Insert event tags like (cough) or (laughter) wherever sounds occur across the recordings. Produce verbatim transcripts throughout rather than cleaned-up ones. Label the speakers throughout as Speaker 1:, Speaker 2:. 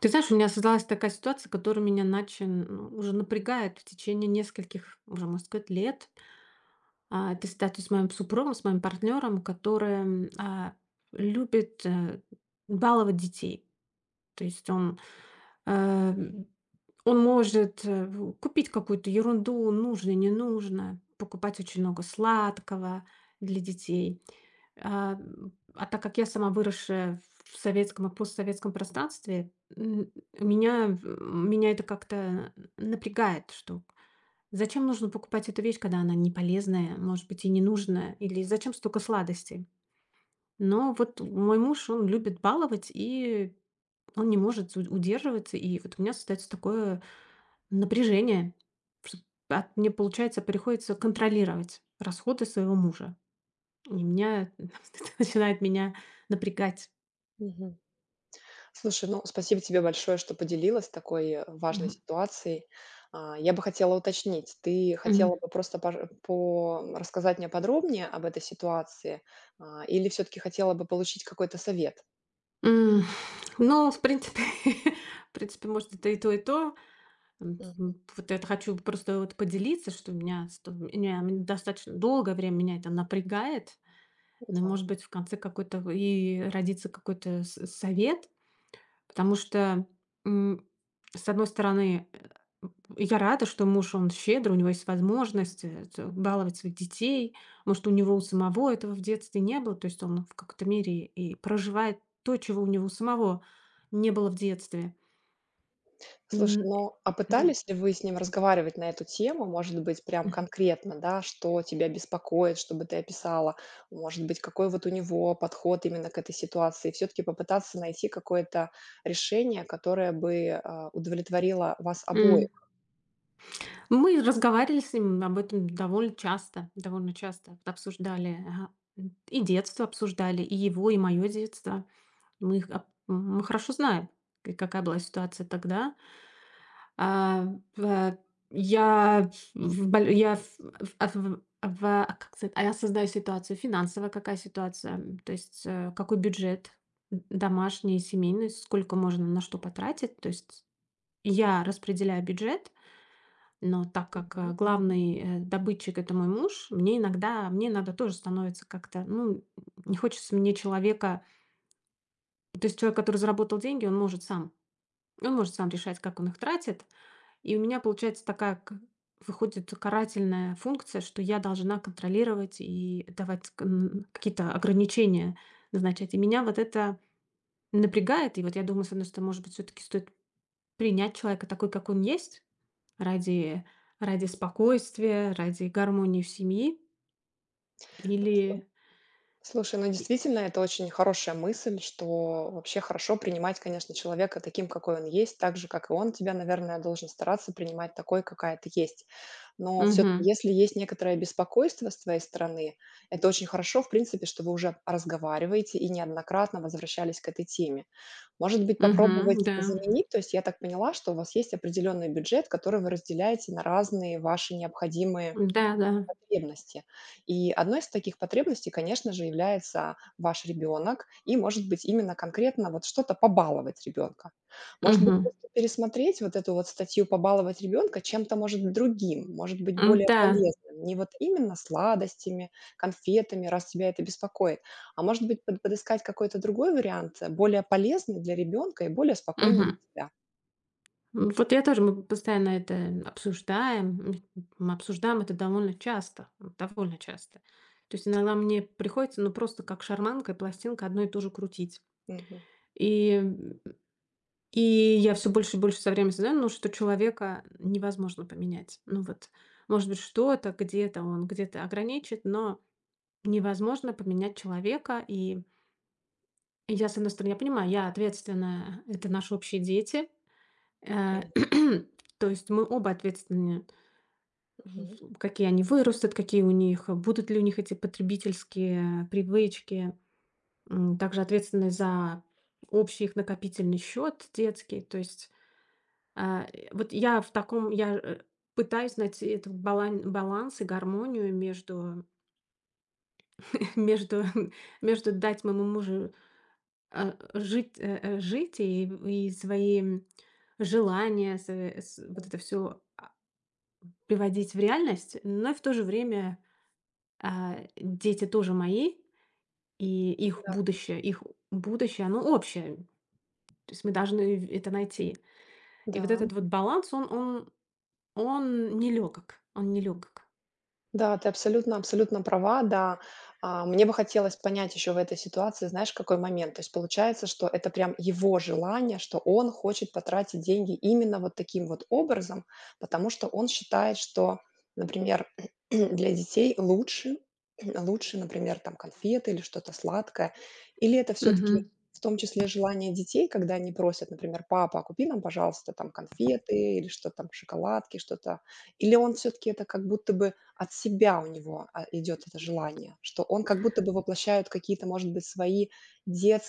Speaker 1: Ты знаешь, у меня создалась такая ситуация, которая меня начин ну, уже напрягает в течение нескольких, уже, можно сказать, лет. А, Это ситуация с моим супругом, с моим партнером, который м, а, любит э, баловать детей. То есть он э, он может, э, в купить какую-то ерунду, нужно, не нужно, покупать очень много сладкого для детей. А, м, а так как я сама выросшая в советском и постсоветском пространстве, м, меня м, меня это как-то напрягает, что зачем нужно покупать эту вещь, когда она не полезная, может быть, и не нужная, или зачем столько сладостей. Но вот мой муж, он любит баловать, и он не может у удерживаться, и вот у меня создается такое напряжение. Чтоб от мне, получается, приходится контролировать расходы своего мужа. И меня (laughs) это начинает меня напрягать.
Speaker 2: Мгм. Слушай, ну, спасибо тебе большое, что поделилась такой э, важной
Speaker 1: Мгм.
Speaker 2: ситуацией. А, Я бы хотела уточнить, ты
Speaker 1: Мгм.
Speaker 2: хотела бы просто пож- э, по... рассказать мне подробнее об этой ситуации, а, или все-таки хотела бы получить какой-то совет?
Speaker 1: М. Ну, в принципе, (laughs) в принципе, может, это и то, и то. М,
Speaker 2: М.
Speaker 1: м, вот это хочу просто вот поделиться, что меня, что меня достаточно долгое время меня это напрягает. Но,
Speaker 2: Да.
Speaker 1: может быть, в конце какой-то и родится какой-то с совет, Потому что, м, с одной стороны, э, я рада, что муж, он щедрый, у него есть возможность, э, т баловать своих детей. Может, у него у самого этого в детстве не было, то есть он в какой-то мере и проживает то, чего у него самого не было в детстве.
Speaker 2: Слушай,
Speaker 1: М,
Speaker 2: ну, а
Speaker 1: да.
Speaker 2: пытались ли вы с ним разговаривать на эту тему? Может быть, прям
Speaker 1: Мгм.
Speaker 2: конкретно, да, что тебя беспокоит, чтобы ты описала? Может быть, какой вот у него подход именно к этой ситуации? Все-таки попытаться найти какое-то решение, которое бы а, удовлетворило вас обоих.
Speaker 1: М. Мы разговаривали с ним об этом довольно часто, довольно часто обсуждали, ага, и детство обсуждали, и его, и моё детство. Мы их ап мы хорошо знаем, к какая была ситуация тогда. А, в я в боль я в в а в а, в а как сказать, а я создаю ситуацию финансовая, какая ситуация, м, то есть, э, какой бюджет д домашний, семейный, сколько можно на что потратить. То есть я распределяю бюджет, но так как, э,
Speaker 2: Мгм.
Speaker 1: главный, э, добытчик- это мой муж, мне иногда мне иногда тоже становится как-то, ну, не хочется мне человека. То есть человек, который заработал деньги, он может сам Он может сам решать, как он их тратит. И у меня получается такая к выходит карательная функция, что я должна контролировать и давать к н какие-то ограничения назначать. И меня вот это напрягает. И вот я думаю, с одной стороны, может быть, все таки стоит принять человека такой, как он есть, ради ради спокойствия, ради гармонии в семье. Или
Speaker 2: Слушай, ну
Speaker 1: и
Speaker 2: действительно, это очень хорошая мысль, что вообще хорошо принимать, конечно, человека таким, какой он есть, так же, как и он тебя, наверное, должен стараться принимать такой, какая ты есть. Но все-таки,
Speaker 1: Мгм.
Speaker 2: если есть некоторое беспокойство с твоей стороны, это очень хорошо, в принципе, что вы уже разговариваете и неоднократно возвращались к этой теме. Может быть,
Speaker 1: Мгм.
Speaker 2: попробовать
Speaker 1: Да.
Speaker 2: заменить, то есть я так поняла, что у вас есть определенный бюджет, который вы разделяете на разные ваши необходимые
Speaker 1: Да-да.
Speaker 2: потребности. И одной из таких потребностей, конечно же, является ваш ребенок, и, может быть, именно конкретно вот что-то побаловать ребенка. Может быть,
Speaker 1: Мгм.
Speaker 2: просто пересмотреть вот эту вот статью "побаловать ребенка" чем-то, может, быть, другим, может быть, более
Speaker 1: М-да.
Speaker 2: полезным. Не вот именно сладостями, конфетами, раз тебя это беспокоит, а, может быть, под подыскать какой-то другой вариант, э, более полезный для ребенка и более спокойный
Speaker 1: Мгм.
Speaker 2: для тебя.
Speaker 1: М, Вот я тоже, мы постоянно это обсуждаем, м, мы обсуждаем это довольно часто, м, довольно часто. То есть иногда мне приходится, ну, просто как шарманка и пластинка одно и то же крутить.
Speaker 2: Мгм.
Speaker 1: И, м, и я все больше и больше со временем знаю, ну, что человека невозможно поменять. Ну вот, может быть, что-то где-то он где-то ограничит, но невозможно поменять человека. И я, с одной стороны, я понимаю, я ответственная, это наши общие дети, э,
Speaker 2: Конечно.
Speaker 1: (clears throat) то есть мы оба ответственны.
Speaker 2: Мгм.
Speaker 1: Какие они вырастут, какие у них, э, будут ли у них эти потребительские привычки, м, также ответственность за общий их накопительный счет детский. То есть, а, э, вот я в таком, я э, пытаюсь найти этот балан- баланс и гармонию между, (laughs) между, (laughs) между дать моему мужу э, жить, э, э, жить и, и свои желания, с- э, с- вот это все приводить в реальность, но и в то же время а, дети тоже мои. И их
Speaker 2: Да, конечно.
Speaker 1: будущее, их будущее, оно общее. То есть мы должны в это найти. И вот
Speaker 2: Да.
Speaker 1: этот вот баланс, он он он нелёгок, он нелёгок.
Speaker 2: Да, ты абсолютно абсолютно права, да. А, мне бы хотелось понять еще в этой ситуации, знаешь, какой момент. То есть получается, что это прям его желание, что он хочет потратить деньги именно вот таким вот образом, потому что он считает, что, например, (clears throat) для детей лучше, (clears throat) лучше, например, там конфеты или что-то сладкое. Или это все-таки
Speaker 1: Мгм.
Speaker 2: в том числе желание детей, когда они просят, например, папа, а купи нам, пожалуйста, там конфеты или что там, шоколадки, что-то. Или он все-таки это как будто бы от себя у него, а, идет это желание, что он как будто бы воплощает какие-то, может быть, свои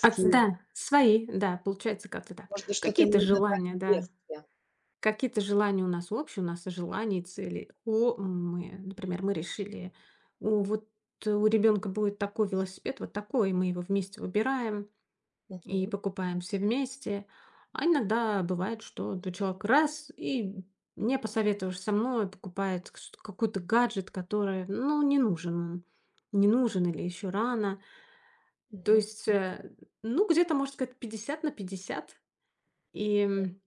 Speaker 1: От да, свои, да, получается как-то так.
Speaker 2: может быть, что-то ему
Speaker 1: Какие-то
Speaker 2: не додали
Speaker 1: желания,
Speaker 2: в
Speaker 1: да.
Speaker 2: детстве.
Speaker 1: Какие-то желания у нас общие, у нас желания и цели. О, мы, например, мы решили, у вот у ребенка будет такой велосипед, вот такой, и мы его вместе выбираем. И
Speaker 2: Мгм.
Speaker 1: покупаем все вместе. А иногда бывает, что вот человек раз и не посоветовавшись со мной, покупает к- ш- какой-то гаджет, который, ну, не нужен он, не нужен или еще рано. То
Speaker 2: Мгм.
Speaker 1: есть, э, ну, где-то, может сказать, пятьдесят на пятьдесят. И, м,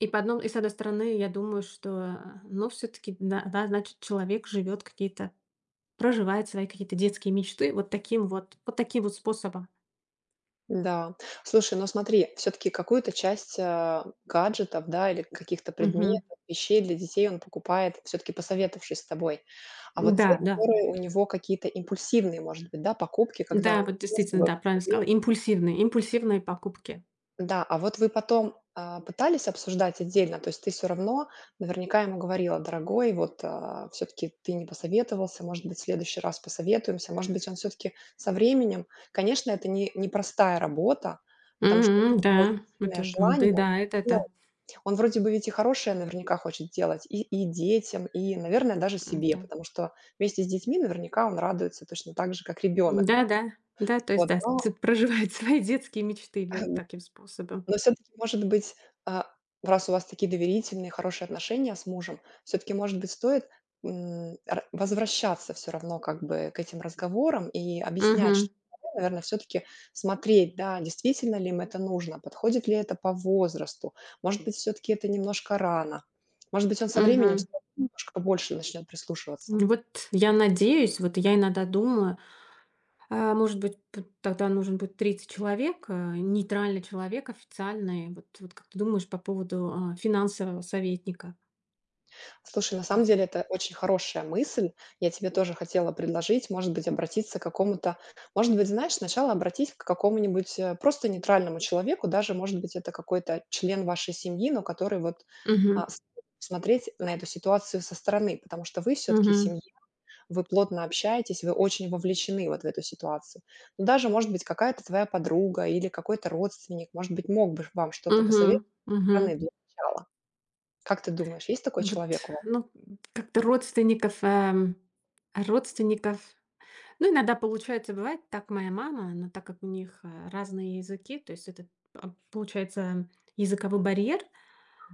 Speaker 1: и, по одном, и с одной стороны, я думаю, что, э, ну, все-таки, да, да, значит, человек живет какие-то, проживает свои какие-то детские мечты вот таким вот, вот таким вот способом.
Speaker 2: Да. Слушай, ну смотри, все-таки какую-то часть, а, гаджетов, да, или каких-то
Speaker 1: Мгм.
Speaker 2: предметов, вещей для детей он покупает, все-таки посоветовавшись с тобой. А вот те,
Speaker 1: Да, да.
Speaker 2: которые у него какие-то импульсивные, может быть, да, покупки, когда он
Speaker 1: Да, вот
Speaker 2: не с
Speaker 1: действительно,
Speaker 2: тобой.
Speaker 1: да, правильно сказала. Импульсивные, импульсивные покупки.
Speaker 2: Да, а вот вы потом, а, пытались обсуждать отдельно? То есть ты все равно наверняка ему говорила: "Дорогой, вот, все таки ты не посоветовался, может быть, в следующий раз посоветуемся". Может быть, он все таки со временем. Конечно, это не непростая работа, потому что
Speaker 1: Мгм,
Speaker 2: очень
Speaker 1: да,
Speaker 2: сильное
Speaker 1: это, м,
Speaker 2: желание, он
Speaker 1: беда, это
Speaker 2: хотел.
Speaker 1: да.
Speaker 2: Он вроде бы ведь и хорошее наверняка хочет делать и и детям, и, наверное, даже
Speaker 1: М,
Speaker 2: себе,
Speaker 1: да.
Speaker 2: потому что вместе с детьми наверняка он радуется точно так же, как ребенок.
Speaker 1: Да-да, да, да, то есть,
Speaker 2: Вот,
Speaker 1: да, (laughs)
Speaker 2: но…
Speaker 1: ц проживает свои детские мечты вы
Speaker 2: (laughs)
Speaker 1: таким способом.
Speaker 2: Но все таки может быть, а, раз у вас такие доверительные, хорошие отношения с мужем, все таки может быть, стоит, м, ра возвращаться все равно как бы к этим разговорам и объяснять,
Speaker 1: Мгм,
Speaker 2: что, наверное, все таки смотреть, да, действительно ли им это нужно, подходит ли это по возрасту, может быть, все таки это немножко рано, может быть, он со временем
Speaker 1: мгм.
Speaker 2: всё равно немножко больше начнет прислушиваться.
Speaker 1: Вот я надеюсь, вот я иногда думаю, а, может быть, т тогда нужен будет третий человек, э, нейтральный человек официальный. Вот вот как ты думаешь по поводу, а, финансового советника?
Speaker 2: Слушай, на самом деле это очень хорошая мысль. Я тебе тоже хотела предложить, может быть, обратиться к какому-то, может быть, знаешь, сначала обратись к какому-нибудь э, просто нейтральному человеку, даже, может быть, это какой-то член вашей семьи, но который вот
Speaker 1: Мгм,
Speaker 2: а, с- смотреть на эту ситуацию со стороны, потому что вы все-таки
Speaker 1: мгм,
Speaker 2: семья, вы плотно общаетесь, вы очень вовлечены вот в эту ситуацию. Но даже, может быть, какая-то твоя подруга или какой-то родственник, может быть, мог бы вам что-то
Speaker 1: мгм,
Speaker 2: посоветовать со
Speaker 1: мгм.
Speaker 2: стороны для начала. Как ты думаешь, есть такой
Speaker 1: Ну вот,
Speaker 2: человек у
Speaker 1: ну, как-то родственников, эм, родственников. Ну, иногда получается, бывает так моя мама, но так как у них э, разные языки, то есть это а, получается языковой барьер,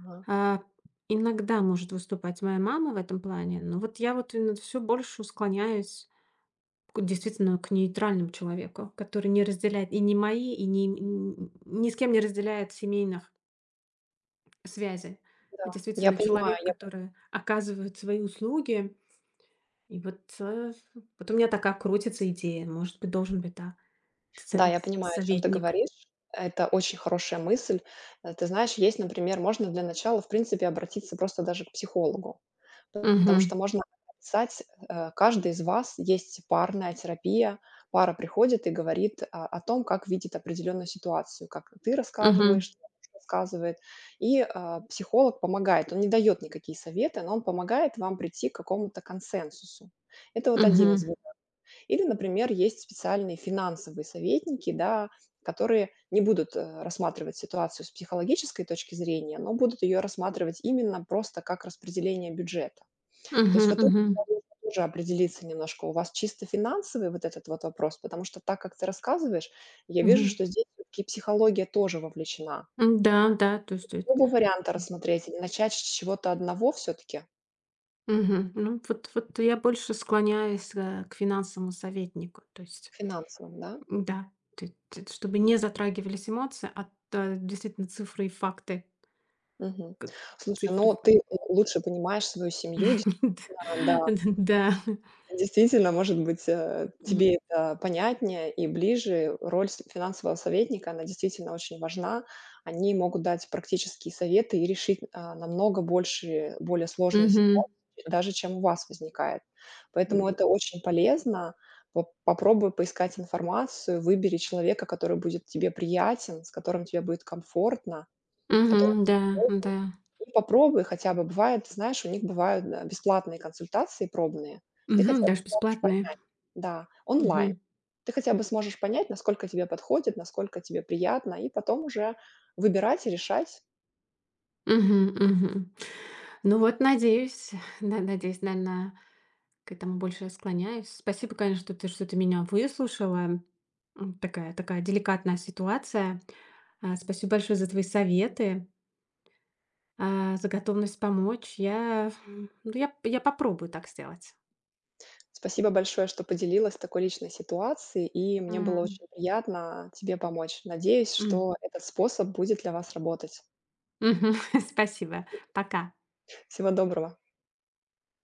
Speaker 2: вас?
Speaker 1: а, иногда может выступать моя мама в этом плане. Но вот я вот все больше склоняюсь к- действительно к нейтральному человеку, который не разделяет и не мои, и не, м, ни с кем не разделяет семейных связей.
Speaker 2: Да,
Speaker 1: А
Speaker 2: я
Speaker 1: Действительно,
Speaker 2: понимаю,
Speaker 1: человек,
Speaker 2: я
Speaker 1: который оказывает свои услуги. И вот, э, вот у меня такая крутится идея. Может быть, должен быть, да, со-
Speaker 2: да, я
Speaker 1: с-
Speaker 2: понимаю, о чем ты
Speaker 1: советник.
Speaker 2: говоришь. Это очень хорошая мысль. Э, ты знаешь, есть, например, можно для начала, в принципе, обратиться просто даже к психологу, потому
Speaker 1: Мгм.
Speaker 2: что можно описать, э, каждый из вас есть парная терапия. Пара приходит и говорит, а, о том, как видит определенную ситуацию, как ты
Speaker 1: Мгм.
Speaker 2: рассказываешь, рассказывает. И, а, психолог помогает. Он не дает никакие советы, но он помогает вам прийти к какому-то консенсусу. Это вот один
Speaker 1: Мгм.
Speaker 2: из… Или, например, есть специальные финансовые советники, да, которые не будут, э, рассматривать ситуацию с психологической точки зрения, но будут ее рассматривать именно просто как распределение бюджета. То
Speaker 1: Мгм.
Speaker 2: есть вот тут
Speaker 1: Мгм.
Speaker 2: нужно тоже определиться немножко. У вас чисто финансовый вот этот вот вопрос? Потому что так, как ты рассказываешь, я вижу,
Speaker 1: Мгм.
Speaker 2: что здесь всё-таки психология тоже вовлечена.
Speaker 1: М, Да, да, то есть э,
Speaker 2: Оба варианта рассмотреть или начать с чего-то одного все-таки?
Speaker 1: мгм. Ну, вот, вот я больше склоняюсь э, к финансовому советнику. То есть,
Speaker 2: Финансовым, да?
Speaker 1: м, да, ты- ты- чтобы не затрагивались эмоции, а э, действительно цифры и факты.
Speaker 2: Мгм.
Speaker 1: к-
Speaker 2: Слушай,
Speaker 1: Цифры.
Speaker 2: ну ты, э, лучше понимаешь свою семью, да.
Speaker 1: (laughs) Да.
Speaker 2: Действительно, может быть, э, тебе это понятнее и ближе. Роль с финансового советника, она действительно очень важна. Они могут дать практические советы и решить, а, намного больше, более сложные
Speaker 1: Мгм.
Speaker 2: ситуации, даже чем у вас возникает. Поэтому это очень полезно. Поп попробуй поискать информацию, выбери человека, который будет тебе приятен, с которым тебе будет комфортно, который
Speaker 1: Мгм.
Speaker 2: будет
Speaker 1: Да,
Speaker 2: удобен.
Speaker 1: да.
Speaker 2: И попробуй хотя бы. Бывает, знаешь, у них бывают, э, бесплатные консультации пробные. Ты
Speaker 1: Мгм,
Speaker 2: хотя бы
Speaker 1: даже
Speaker 2: сможешь,
Speaker 1: бесплатные.
Speaker 2: да, онлайн.
Speaker 1: Мгм.
Speaker 2: Ты хотя бы сможешь понять, насколько тебе подходит, насколько тебе приятно, и потом уже выбирать и решать.
Speaker 1: Мгм, мгм. Ну вот, надеюсь, на надеюсь, наверное, к этому больше склоняюсь. Спасибо, конечно, что ты что ты меня выслушала. М, такая такая деликатная ситуация. А, спасибо большое за твои советы, а, за готовность помочь. Я, м, ну, я я попробую так сделать.
Speaker 2: Спасибо большое, что поделилась такой личной ситуацией, и мне было
Speaker 1: М,
Speaker 2: очень приятно тебе помочь. Надеюсь,
Speaker 1: м.
Speaker 2: что этот способ будет для вас работать.
Speaker 1: Мгм. (laughs) Спасибо. Пока.
Speaker 2: Всего доброго.